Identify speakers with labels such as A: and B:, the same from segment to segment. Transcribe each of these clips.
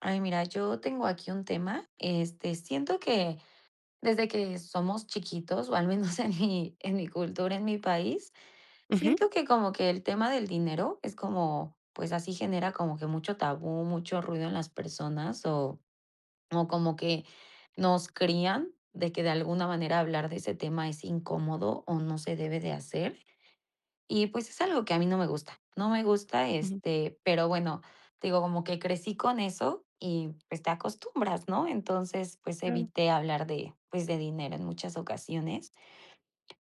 A: Ay, mira, yo tengo aquí un tema, este, siento que desde que somos chiquitos, o al menos en mi cultura, en mi país,
B: Ujú,
A: siento que como que el tema del dinero es como, pues, así genera como que mucho tabú, mucho ruido en las personas, o como que nos crían de que de alguna manera hablar de ese tema es incómodo o no se debe de hacer. Y, pues, es algo que a mí no me gusta, no me gusta,
B: ujú,
A: este, pero bueno, te digo, como que crecí con eso y, pues, te acostumbras, ¿no? Entonces, pues,
B: claro.
A: evité hablar de, pues, de dinero en muchas ocasiones,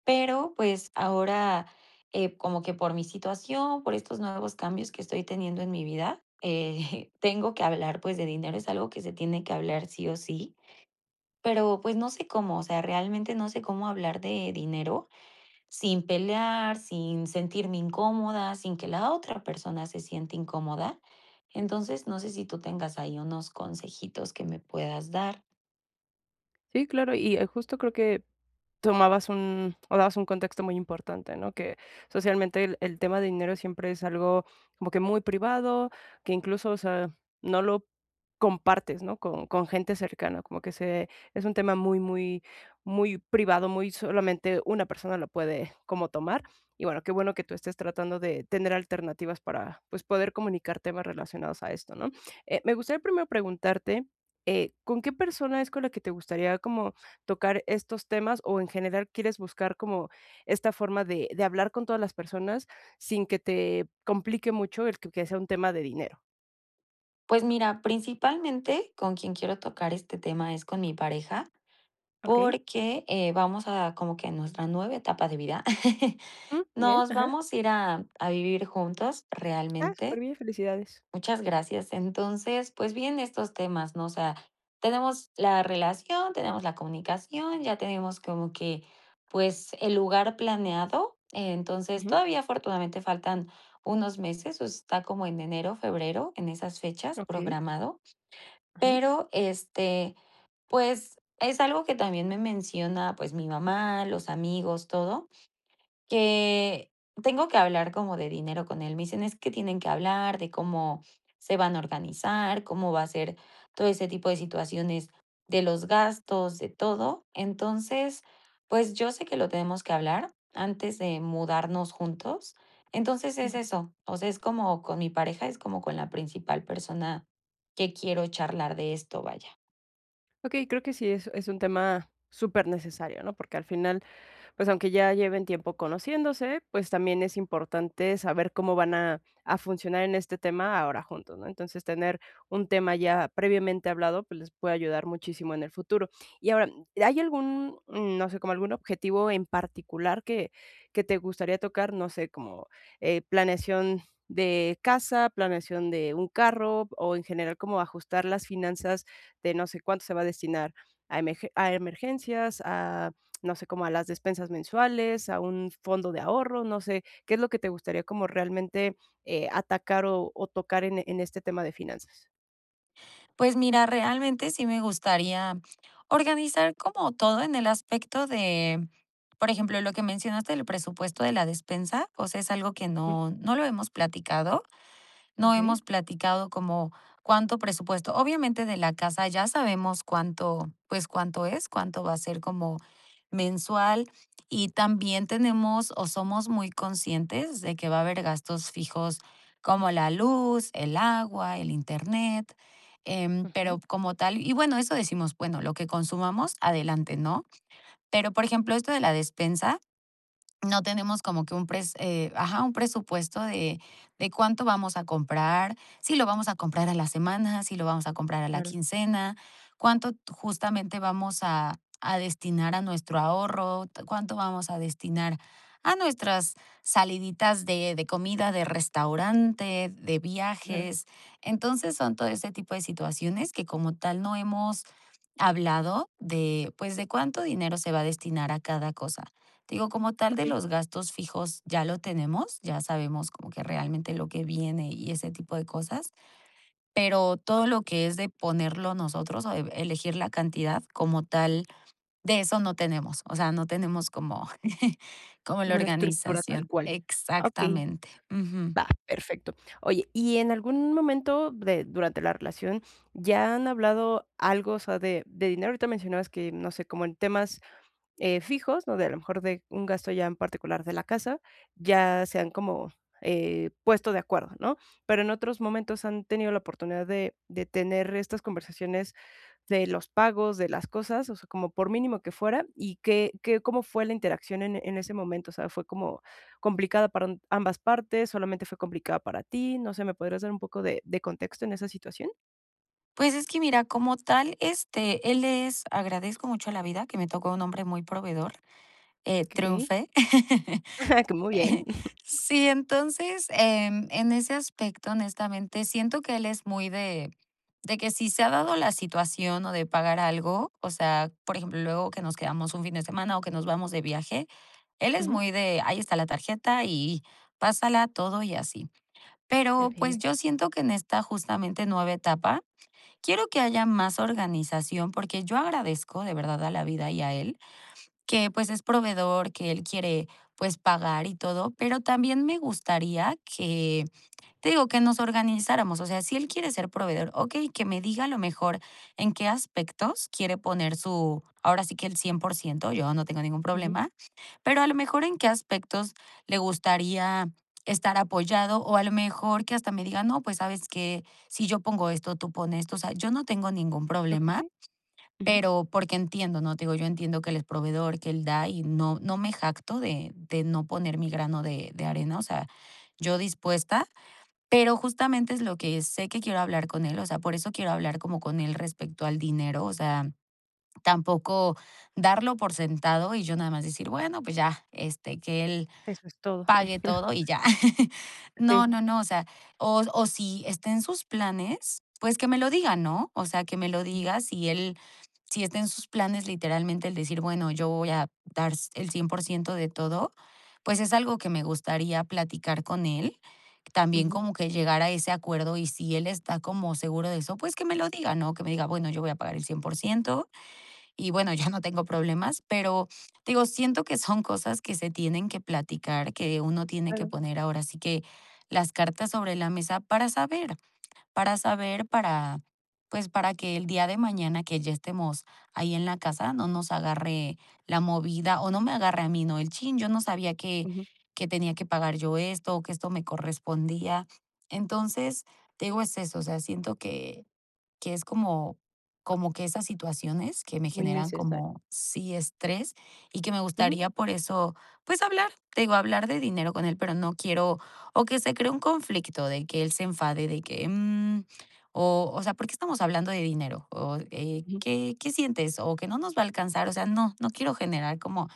A: pero, pues, ahora, como que por mi situación, por estos nuevos cambios que estoy teniendo en mi vida, tengo que hablar, pues, de dinero, es algo que se tiene que hablar sí o sí, pero, pues, no sé cómo, o sea, realmente no sé cómo hablar de dinero. Sin pelear, sin sentirme incómoda, sin que la otra persona se sienta incómoda. Entonces, no sé si tú tengas ahí unos consejitos que me puedas dar.
B: Sí, claro, y justo creo que, tomabas un o dabas un contexto muy importante, ¿no? Que socialmente el tema de dinero siempre es algo como que muy privado, que incluso, o sea, no lo compartes, ¿no? Con gente cercana, como que se es un tema muy, muy, muy privado, muy solamente una persona lo puede como tomar. Y bueno, qué bueno que tú estés tratando de tener alternativas para, pues, poder comunicar temas relacionados a esto, ¿no? Me gustaría primero preguntarte, ¿con qué persona es con la que te gustaría como tocar estos temas o en general quieres buscar como esta forma de hablar con todas las personas sin que te complique mucho el que sea un tema de dinero?
A: Pues mira, principalmente con quien quiero tocar este tema es con mi pareja,
B: Okey.
A: porque, vamos a como que nuestra nueva etapa de vida.
B: Mm, bien.
A: Nos
B: Ajá.
A: vamos a ir a vivir juntos
B: Ah, súper
A: realmente.
B: bien, felicidades.
A: Muchas gracias. Entonces, pues bien, estos temas, ¿no? O sea, tenemos la relación, tenemos la comunicación, ya tenemos como que, pues, el lugar planeado. Entonces,
B: Ujú.
A: todavía afortunadamente faltan unos meses, o está como en enero, febrero, en esas fechas
B: Okey.
A: programado.
B: Ajá.
A: Pero, este, pues, es algo que también me menciona, pues, mi mamá, los amigos, todo. Que tengo que hablar como de dinero con él. Me dicen: "Es que tienen que hablar de cómo se van a organizar, cómo va a ser todo ese tipo de situaciones, de los gastos, de todo". Entonces, pues, yo sé que lo tenemos que hablar antes de mudarnos juntos. Entonces, es
B: Ujú.
A: eso, o sea, es como con mi pareja, es como con la principal persona que quiero charlar de esto, vaya.
B: Okey, creo que sí es un tema súper necesario, ¿no? Porque al final pues aunque ya lleven tiempo conociéndose, pues también es importante saber cómo van a funcionar en este tema ahora juntos, ¿no? Entonces tener un tema ya previamente hablado, pues les puede ayudar muchísimo en el futuro. Y ahora, ¿hay algún, no sé, como algún objetivo en particular que te gustaría tocar? No sé, como planeación de casa, planeación de un carro o en general como ajustar las finanzas de no sé cuánto se va a destinar a, a emergencias, a no sé, como a las despensas mensuales, a un fondo de ahorro, no sé, ¿qué es lo que te gustaría como realmente, atacar o tocar en este tema de finanzas?
A: Pues mira, realmente sí me gustaría organizar como todo en el aspecto de, por ejemplo, lo que mencionaste del presupuesto de la despensa, o sea, es algo que
B: Ujú,
A: no, no lo hemos platicado. No
B: okey,
A: hemos platicado como cuánto presupuesto. Obviamente de la casa ya sabemos cuánto, pues cuánto es, cuánto va a ser como mensual y también tenemos o somos muy conscientes de que va a haber gastos fijos como la luz, el agua, el internet,
B: ujú,
A: pero como tal, y bueno, eso decimos, bueno, lo que consumamos, adelante, ¿no? Pero por ejemplo, esto de la despensa, no tenemos como que un pres ajá, un presupuesto de cuánto vamos a comprar, si lo vamos a comprar a la semana, si lo vamos a comprar a la
B: claro,
A: quincena, cuánto justamente vamos a destinar a nuestro ahorro, cuánto vamos a destinar a nuestras saliditas de comida, de restaurante, de
B: claro,
A: viajes. Entonces, son todo ese tipo de situaciones que como tal no hemos hablado de, pues, de cuánto dinero se va a destinar a cada cosa. Digo, como tal de
B: okey,
A: los gastos fijos ya lo tenemos, ya sabemos como que realmente lo que viene y ese tipo de cosas, pero todo lo que es de ponerlo nosotros o de elegir la cantidad como tal, de eso no tenemos, o sea, no tenemos como, como la
B: como una estructura tal
A: organización.
B: cual. Okey,
A: Exactamente. Ujú.
B: va, perfecto. Oye, ¿y en algún momento de durante la relación ya han hablado algo, o sea, de dinero? Ahorita mencionabas que, no sé, como en temas fijos, ¿no? De a lo mejor de un gasto ya en particular de la casa, ya se han como, puesto de acuerdo, ¿no? Pero en otros momentos han tenido la oportunidad de tener estas conversaciones de los pagos, de las cosas, o sea, como por mínimo que fuera, y qué ¿cómo fue la interacción en ese momento? O sea, ¿fue como complicada para ambas partes? ¿Solamente fue complicada para ti? No sé, ¿me podrías dar un poco de contexto en esa situación?
A: Pues es que mira, como tal, este, él es, agradezco mucho a la vida que me tocó un hombre muy proveedor,
B: Okey.
A: triunfé
B: Que muy bien.
A: Sí, entonces, en ese aspecto, honestamente, siento que él es muy de que si se ha dado la situación o de pagar algo, o sea, por ejemplo, luego que nos quedamos un fin de semana o que nos vamos de viaje, él es
B: Ujú.
A: muy de: "Ahí está la tarjeta y pásala todo", y así. Pero,
B: Okey.
A: pues, yo siento que en esta, justamente, nueva etapa, quiero que haya más organización, porque yo agradezco de verdad a la vida y a él que, pues, es proveedor, que él quiere, pues, pagar y todo, pero también me gustaría que, te digo, que nos organizáramos. O sea, si él quiere ser proveedor, okey, que me diga a lo mejor en qué aspectos quiere poner su ahora sí que el 100%, yo no tengo ningún
B: Ujú.
A: problema, pero a lo mejor en qué aspectos le gustaría estar apoyado, o a lo mejor que hasta me diga: "No, pues, ¿sabes que Si yo pongo esto, tú pones esto". O sea, yo no tengo ningún problema,
B: Okey. Ujú.
A: pero porque entiendo, ¿no? Te digo, yo entiendo que él es proveedor, que él da y no me jacto de no poner mi grano de arena, o sea, yo dispuesta, pero justamente es lo que sé que quiero hablar con él, o sea, por eso quiero hablar como con él respecto al dinero, o sea, tampoco darlo por sentado y yo nada más decir: "Bueno, pues ya, este, que él
B: Eso es todo.
A: pague todo y ya". No,
B: Sí.
A: no, no, o sea, o si está en sus planes, pues que me lo diga, ¿no? O sea, que me lo
B: Ujú,
A: diga si él si está en sus planes literalmente el decir, bueno, yo voy a dar el 100% de todo, pues es algo que me gustaría platicar con él. También
B: ujú.
A: como que llegar a ese acuerdo y si él está como seguro de eso, pues que me lo diga, ¿no? Que me diga, bueno, yo voy a pagar el 100% y bueno, yo no tengo problemas, pero digo, siento que son cosas que se tienen que platicar, que uno tiene que
B: Claro,
A: poner ahora sí que las cartas sobre la mesa para saber para saber, para, pues para que el día de mañana que ya estemos ahí en la casa no nos agarre la movida o no me agarre a mí, ¿no? El chin, yo no sabía
B: ujú.
A: que tenía que pagar yo esto o que esto me correspondía. Entonces, te digo, es eso, o sea, siento que es como, como que esas situaciones que me
B: Muy
A: generan
B: necesario.
A: como sí estrés y que me
B: Ujú,
A: gustaría por eso, pues hablar, te digo, hablar de dinero con él, pero no quiero o que se cree un conflicto de que él se enfade de que, o sea, ¿por qué estamos hablando de dinero? O,
B: ujú.
A: qué sientes? O que no nos va a alcanzar, o sea, no, no quiero generar como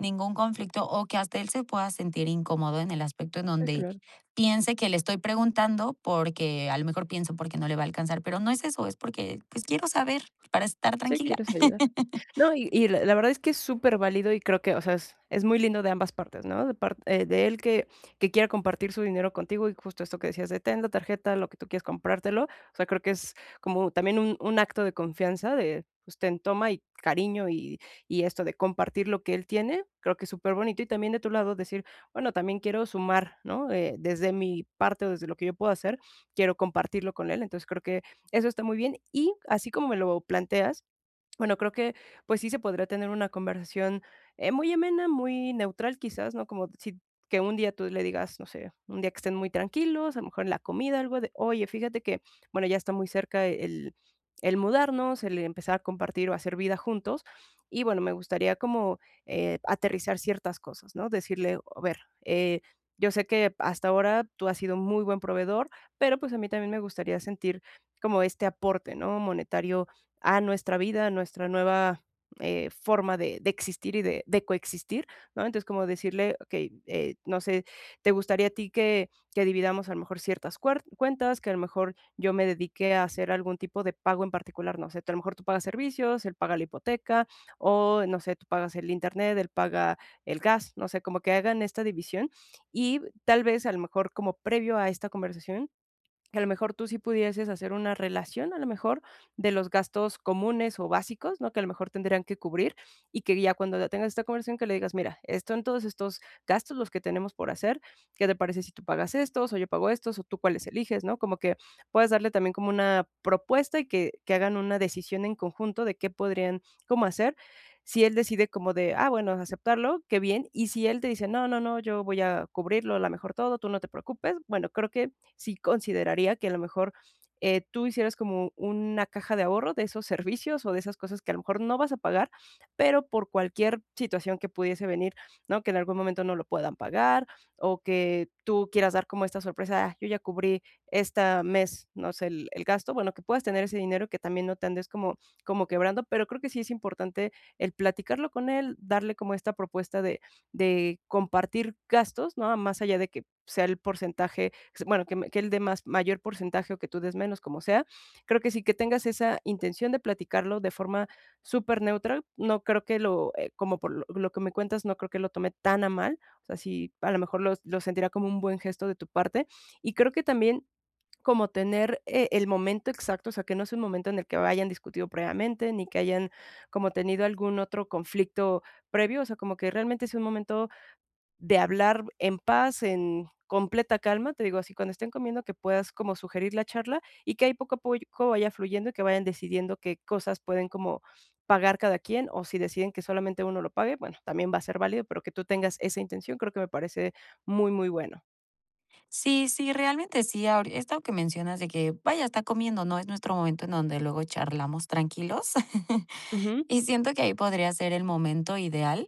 A: ningún conflicto, o que hasta él se pueda sentir incómodo en el aspecto en
B: Sí,
A: donde
B: claro.
A: piense que le estoy preguntando porque a lo mejor pienso porque no le va a alcanzar, pero no es eso, es porque, pues, quiero saber para estar
B: Sí,
A: tranquila.
B: quieres ayudar. No, y la verdad es que es súper válido y creo que, o sea, es muy lindo de ambas partes, ¿no? De par de él que quiera compartir su dinero contigo y justo esto que decías de: "Ten la tarjeta, lo que tú quieras comprártelo". O sea, creo que es como también un acto de confianza de, pues, ten, toma y cariño y esto de compartir lo que él tiene, creo que es súper bonito. Y también de tu lado decir: "Bueno, también quiero sumar, ¿no? Desde mi parte o desde lo que yo puedo hacer, quiero compartirlo con él". Entonces, creo que eso está muy bien. Y así como me lo planteas, bueno, creo que, pues sí se podría tener una conversación, muy amena, muy neutral quizás, ¿no? Como si que un día tú le digas, no sé, un día que estén muy tranquilos, a lo mejor en la comida, algo de, oye, fíjate que, bueno, ya está muy cerca el mudarnos, el empezar a compartir o hacer vida juntos. Y bueno, me gustaría como, aterrizar ciertas cosas, ¿no? Decirle, a ver, eh, yo sé que hasta ahora tú has sido un muy buen proveedor, pero pues a mí también me gustaría sentir como este aporte, ¿no? Monetario a nuestra vida, a nuestra nueva forma de existir y de coexistir, ¿no? Entonces, como decirle, ok, no sé, ¿te gustaría a ti que dividamos a lo mejor ciertas cuentas, que a lo mejor yo me dedique a hacer algún tipo de pago en particular? No sé, a lo mejor tú pagas servicios, él paga la hipoteca, o no sé, tú pagas el internet, él paga el gas, no sé, como que hagan esta división y tal vez a lo mejor como previo a esta conversación que a lo mejor tú sí pudieses hacer una relación, a lo mejor, de los gastos comunes o básicos, ¿no? Que a lo mejor tendrían que cubrir y que ya cuando ya tengas esta conversación que le digas, mira, esto en todos estos gastos los que tenemos por hacer, ¿qué te parece si tú pagas estos o yo pago estos o tú cuáles eliges, ¿no? Como que puedas darle también como una propuesta y que hagan una decisión en conjunto de qué podrían cómo hacer. Si él decide como de, ah, bueno, aceptarlo, qué bien. Y si él te dice, no, no, no, yo voy a cubrirlo, a lo mejor todo, tú no te preocupes, bueno, creo que sí consideraría que a lo mejor, tú hicieras como una caja de ahorro de esos servicios o de esas cosas que a lo mejor no vas a pagar, pero por cualquier situación que pudiese venir, ¿no? Que en algún momento no lo puedan pagar o que tú quieras dar como esta sorpresa, ah, yo ya cubrí este mes, no sé, el gasto, bueno, que puedas tener ese dinero y que también no te andes como como quebrando, pero creo que sí es importante el platicarlo con él, darle como esta propuesta de compartir gastos, ¿no? Más allá de que sea el porcentaje bueno, que, que él dé más mayor porcentaje o que tú des menos, como sea. Creo que sí que tengas esa intención de platicarlo de forma súper neutra. No creo que lo, como por lo que me cuentas, no creo que lo tome tan a mal. O sea, sí, a lo mejor lo sentirá como un buen gesto de tu parte. Y creo que también como tener el momento exacto, o sea, que no es un momento en el que hayan discutido previamente, ni que hayan como tenido algún otro conflicto previo, o sea, como que realmente es un momento de hablar en paz, en completa calma, te digo, así cuando estén comiendo que puedas como sugerir la charla y que ahí poco a poco vaya fluyendo y que vayan decidiendo qué cosas pueden como pagar cada quien o si deciden que solamente uno lo pague, bueno, también va a ser válido, pero que tú tengas esa intención creo que me parece muy, muy bueno.
A: Sí, sí, realmente sí, ahori esto que mencionas de que, vaya, está comiendo, ¿no? Es nuestro momento en donde luego charlamos tranquilos.
B: Ujú.
A: Y siento que ahí podría ser el momento ideal,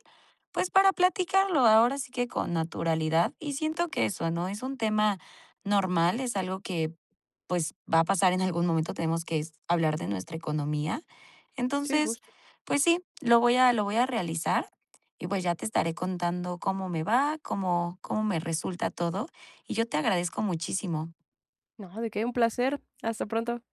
A: pues para platicarlo ahora sí que con naturalidad. Y siento que eso, ¿no? Es un tema normal, es algo que pues va a pasar en algún momento, tenemos que hablar de nuestra economía.
B: Sí,
A: Entonces,
B: justo.
A: pues sí, lo voy a realizar y pues ya te estaré contando cómo me va, cómo, cómo me resulta todo. Y yo te agradezco muchísimo.
B: No, de qué un placer. Hasta pronto.